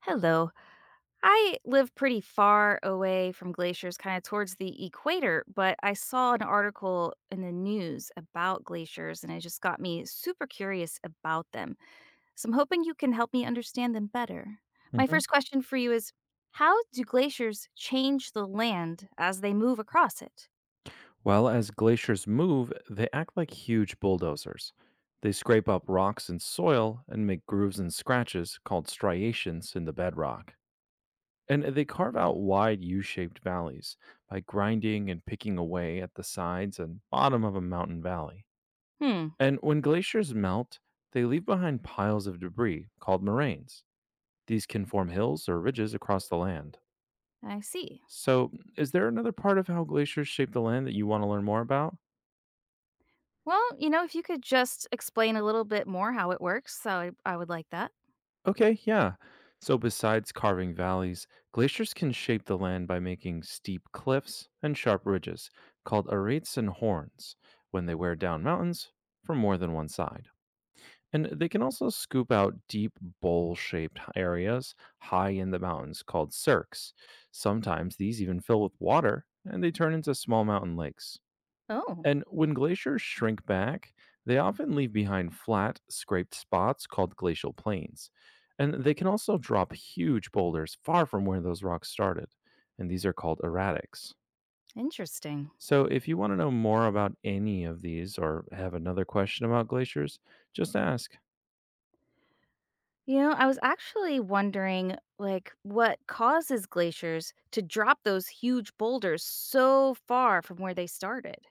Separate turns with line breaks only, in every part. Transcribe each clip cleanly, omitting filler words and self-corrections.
Hello. I live pretty far away from glaciers, kind of towards the equator, but I saw an article in the news about glaciers and it just got me super curious about them. So I'm hoping you can help me understand them better. My
Mhm.
first question for you is: how do glaciers change the land as they move across it?
Well, as glaciers move, they act like huge bulldozers. They scrape up rocks and soil and make grooves and scratches called striations in the bedrock. And they carve out wide U shaped valleys by grinding and picking away at the sides and bottom of a mountain valley.
Hmm,
And when glaciers melt, they leave behind piles of debris called moraines. These can form hills or ridges across the land.
I see.
So, is there another part of how glaciers shape the land that you want to learn more about?
Well, you know, if you could just explain a little bit more how it works, I would like that.
Okay, yeah. So, besides carving valleys, glaciers can shape the land by making steep cliffs and sharp ridges called arates and horns when they wear down mountains from more than one side. And they can also scoop out deep bowl shaped areas high in the mountains called cirques. Sometimes these even fill with water and they turn into small mountain lakes.
Oh,
And when glaciers shrink back, they often leave behind flat, scraped spots called glacial plains. And they can also drop huge boulders far from where those rocks started. And these are called erratics.
interesting.
So, if you want to know more about any of these or have another question about glaciers, just ask.
You know, I was actually wondering like what causes glaciers to drop those huge boulders so far from where they started.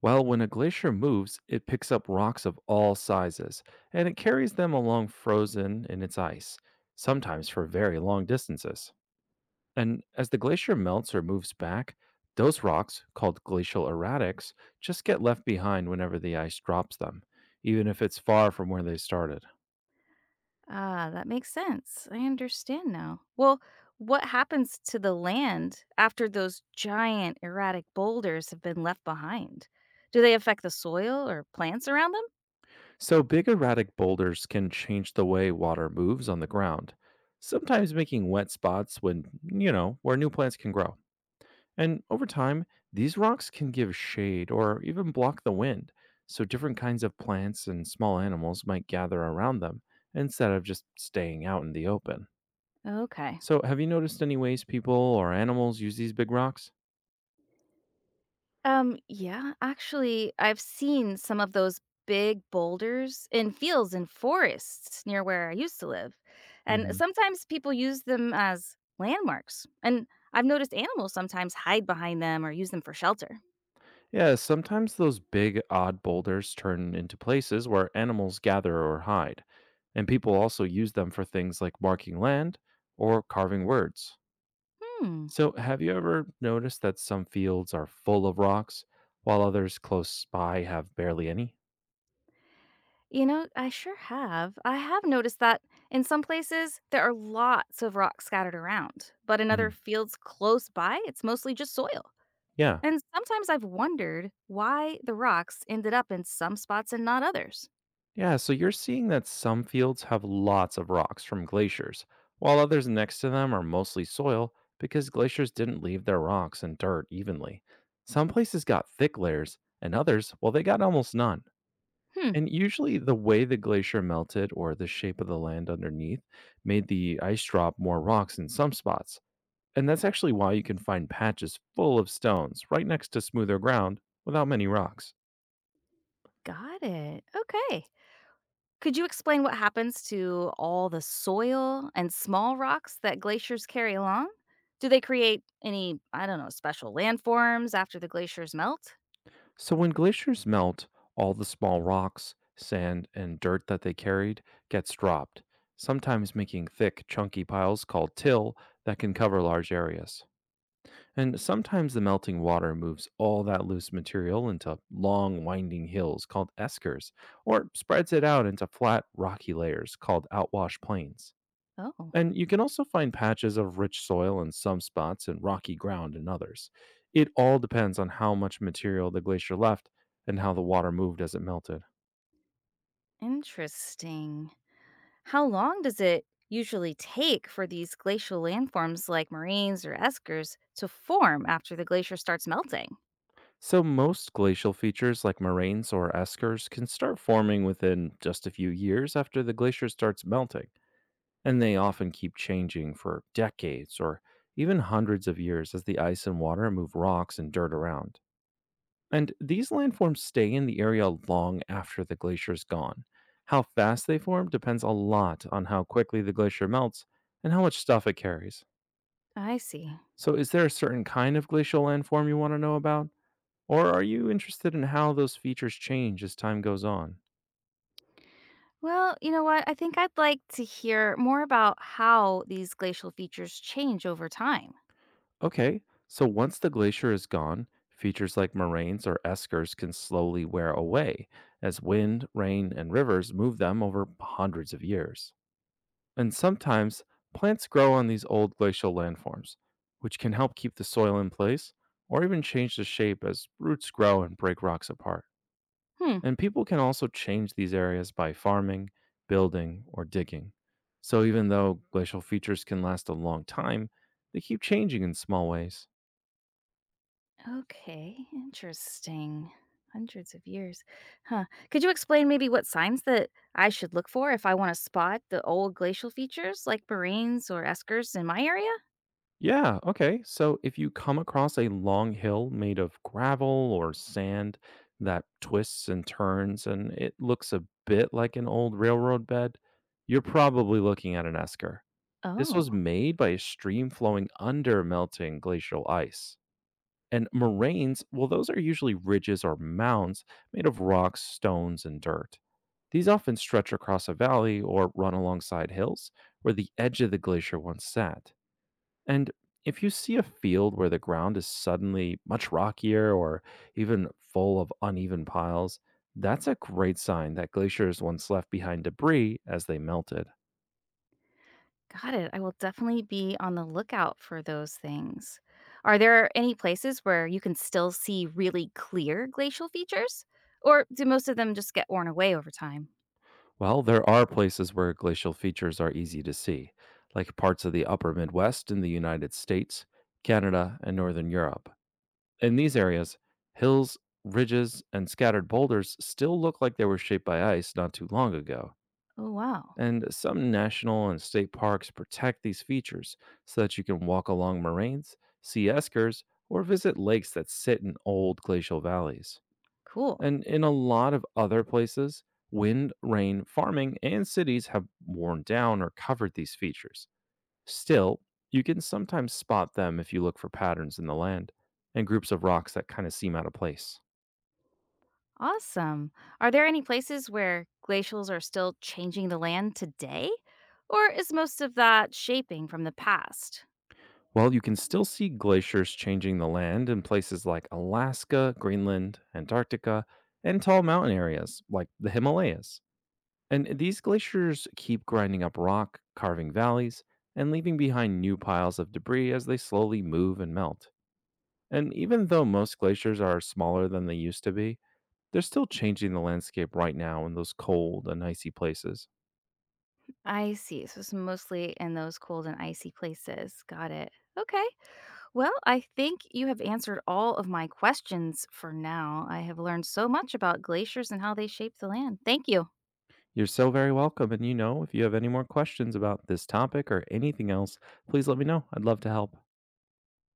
Well, when a glacier moves, it picks up rocks of all sizes and it carries them along frozen in its ice, sometimes for very long distances. And as the glacier melts or moves back, those rocks, called glacial erratics, just get left behind whenever the ice drops them, even if it's far from where they started.
Ah, that makes sense. I understand now. Well, what happens to the land after those giant erratic boulders have been left behind? Do they affect the soil or plants around them?
So, big erratic boulders can change the way water moves on the ground, sometimes making wet spots you know, where new plants can grow. And over time, these rocks can give shade or even block the wind, so different kinds of plants and small animals might gather around them instead of just staying out in the open.
Okay.
So, have you noticed any ways people or animals use these big rocks?
Yeah, actually, I've seen some of those big boulders in fields and forests near where I used to live. And
Hmm.
sometimes people use them as landmarks. And I've noticed animals sometimes hide behind them or use them for shelter.
Yeah, sometimes those big, odd boulders turn into places where animals gather or hide, and people also use them for things like marking land or carving words.
Hmm.
So, have you ever noticed that some fields are full of rocks while others close by have barely any?
You know, I sure have. I have noticed that in some places there are lots of rocks scattered around, but in other
Mhm.
fields close by, it's mostly just soil.
Yeah.
And sometimes I've wondered why the rocks ended up in some spots and not others.
Yeah, so you're seeing that some fields have lots of rocks from glaciers, while others next to them are mostly soil because glaciers didn't leave their rocks and dirt evenly. Some places got thick layers, and others, well, they got almost none.
Hmm,
And usually, the way the glacier melted or the shape of the land underneath made the ice drop more rocks in some spots. And that's actually why you can find patches full of stones right next to smoother ground without many rocks.
got it. Okay. Could you explain what happens to all the soil and small rocks that glaciers carry along? Do they create any, I don't know, special landforms after the glaciers melt?
So when glaciers melt, all the small rocks, sand, and dirt that they carried gets dropped, sometimes making thick, chunky piles called till that can cover large areas. And sometimes the melting water moves all that loose material into long, winding hills called eskers, or spreads it out into flat, rocky layers called outwash plains.
Oh,
And you can also find patches of rich soil in some spots and rocky ground in others. It all depends on how much material the glacier left and how the water moved as it melted.
interesting. How long does it usually take for these glacial landforms like moraines or eskers to form after the glacier starts melting?
So, most glacial features like moraines or eskers can start forming within just a few years after the glacier starts melting, and they often keep changing for decades or even hundreds of years as the ice and water move rocks and dirt around. And these landforms stay in the area long after the glacier is gone. How fast they form depends a lot on how quickly the glacier melts and how much stuff it carries.
I see.
So, is there a certain kind of glacial landform you want to know about? Or are you interested in how those features change as time goes on?
Well, you know what? I think I'd like to hear more about how these glacial features change over time.
Okay, so once the glacier is gone, features like moraines or eskers can slowly wear away as wind, rain, and rivers move them over hundreds of years. And sometimes plants grow on these old glacial landforms, which can help keep the soil in place or even change the shape as roots grow and break rocks apart.
Hmm.
And people can also change these areas by farming, building, or digging. So even though glacial features can last a long time, they keep changing in small ways.
Okay. Interesting. Hundreds of years. Huh. Could you explain maybe what signs that I should look for if I want to spot the old glacial features like moraines or eskers in my area?
Yeah, okay. So if you come across a long hill made of gravel or sand that twists and turns and it looks a bit like an old railroad bed, you're probably looking at an esker. This was
Oh.
made by a stream flowing under melting glacial ice. And moraines, well, those are usually ridges or mounds made of rocks, stones, and dirt. These often stretch across a valley or run alongside hills where the edge of the glacier once sat. And if you see a field where the ground is suddenly much rockier or even full of uneven piles, that's a great sign that glaciers once left behind debris as they melted.
Got it. I will definitely be on the lookout for those things. Are there any places where you can still see really clear glacial features? Or do most of them just get worn away over time?
Well, there are places where glacial features are easy to see, like parts of the upper Midwest in the United States, Canada, and Northern Europe. In these areas, hills, ridges, and scattered boulders still look like they were shaped by ice not too long ago.
Oh, wow.
And some national and state parks protect these features so that you can walk along moraines, see eskers, or visit lakes that sit in old glacial valleys.
Cool.
And in a lot of other places, wind, rain, farming, and cities have worn down or covered these features. Still, you can sometimes spot them if you look for patterns in the land and groups of rocks that kind of seem out of place.
Awesome. Are there any places where glacials are still changing the land today? Or is most of that shaping from the past?
Well, you can still see glaciers changing the land in places like Alaska, Greenland, Antarctica, and tall mountain areas like the Himalayas. And these glaciers keep grinding up rock, carving valleys, and leaving behind new piles of debris as they slowly move and melt. And even though most glaciers are smaller than they used to be, they're still changing the landscape right now in those cold and icy places.
I see. So it's mostly in those cold and icy places. Got it. Okay. Well, I think you have answered all of my questions for now. I have learned so much about glaciers and how they shape the land. Thank you.
You're so very welcome. And you know, if you have any more questions about this topic or anything else, please let me know. I'd love to help.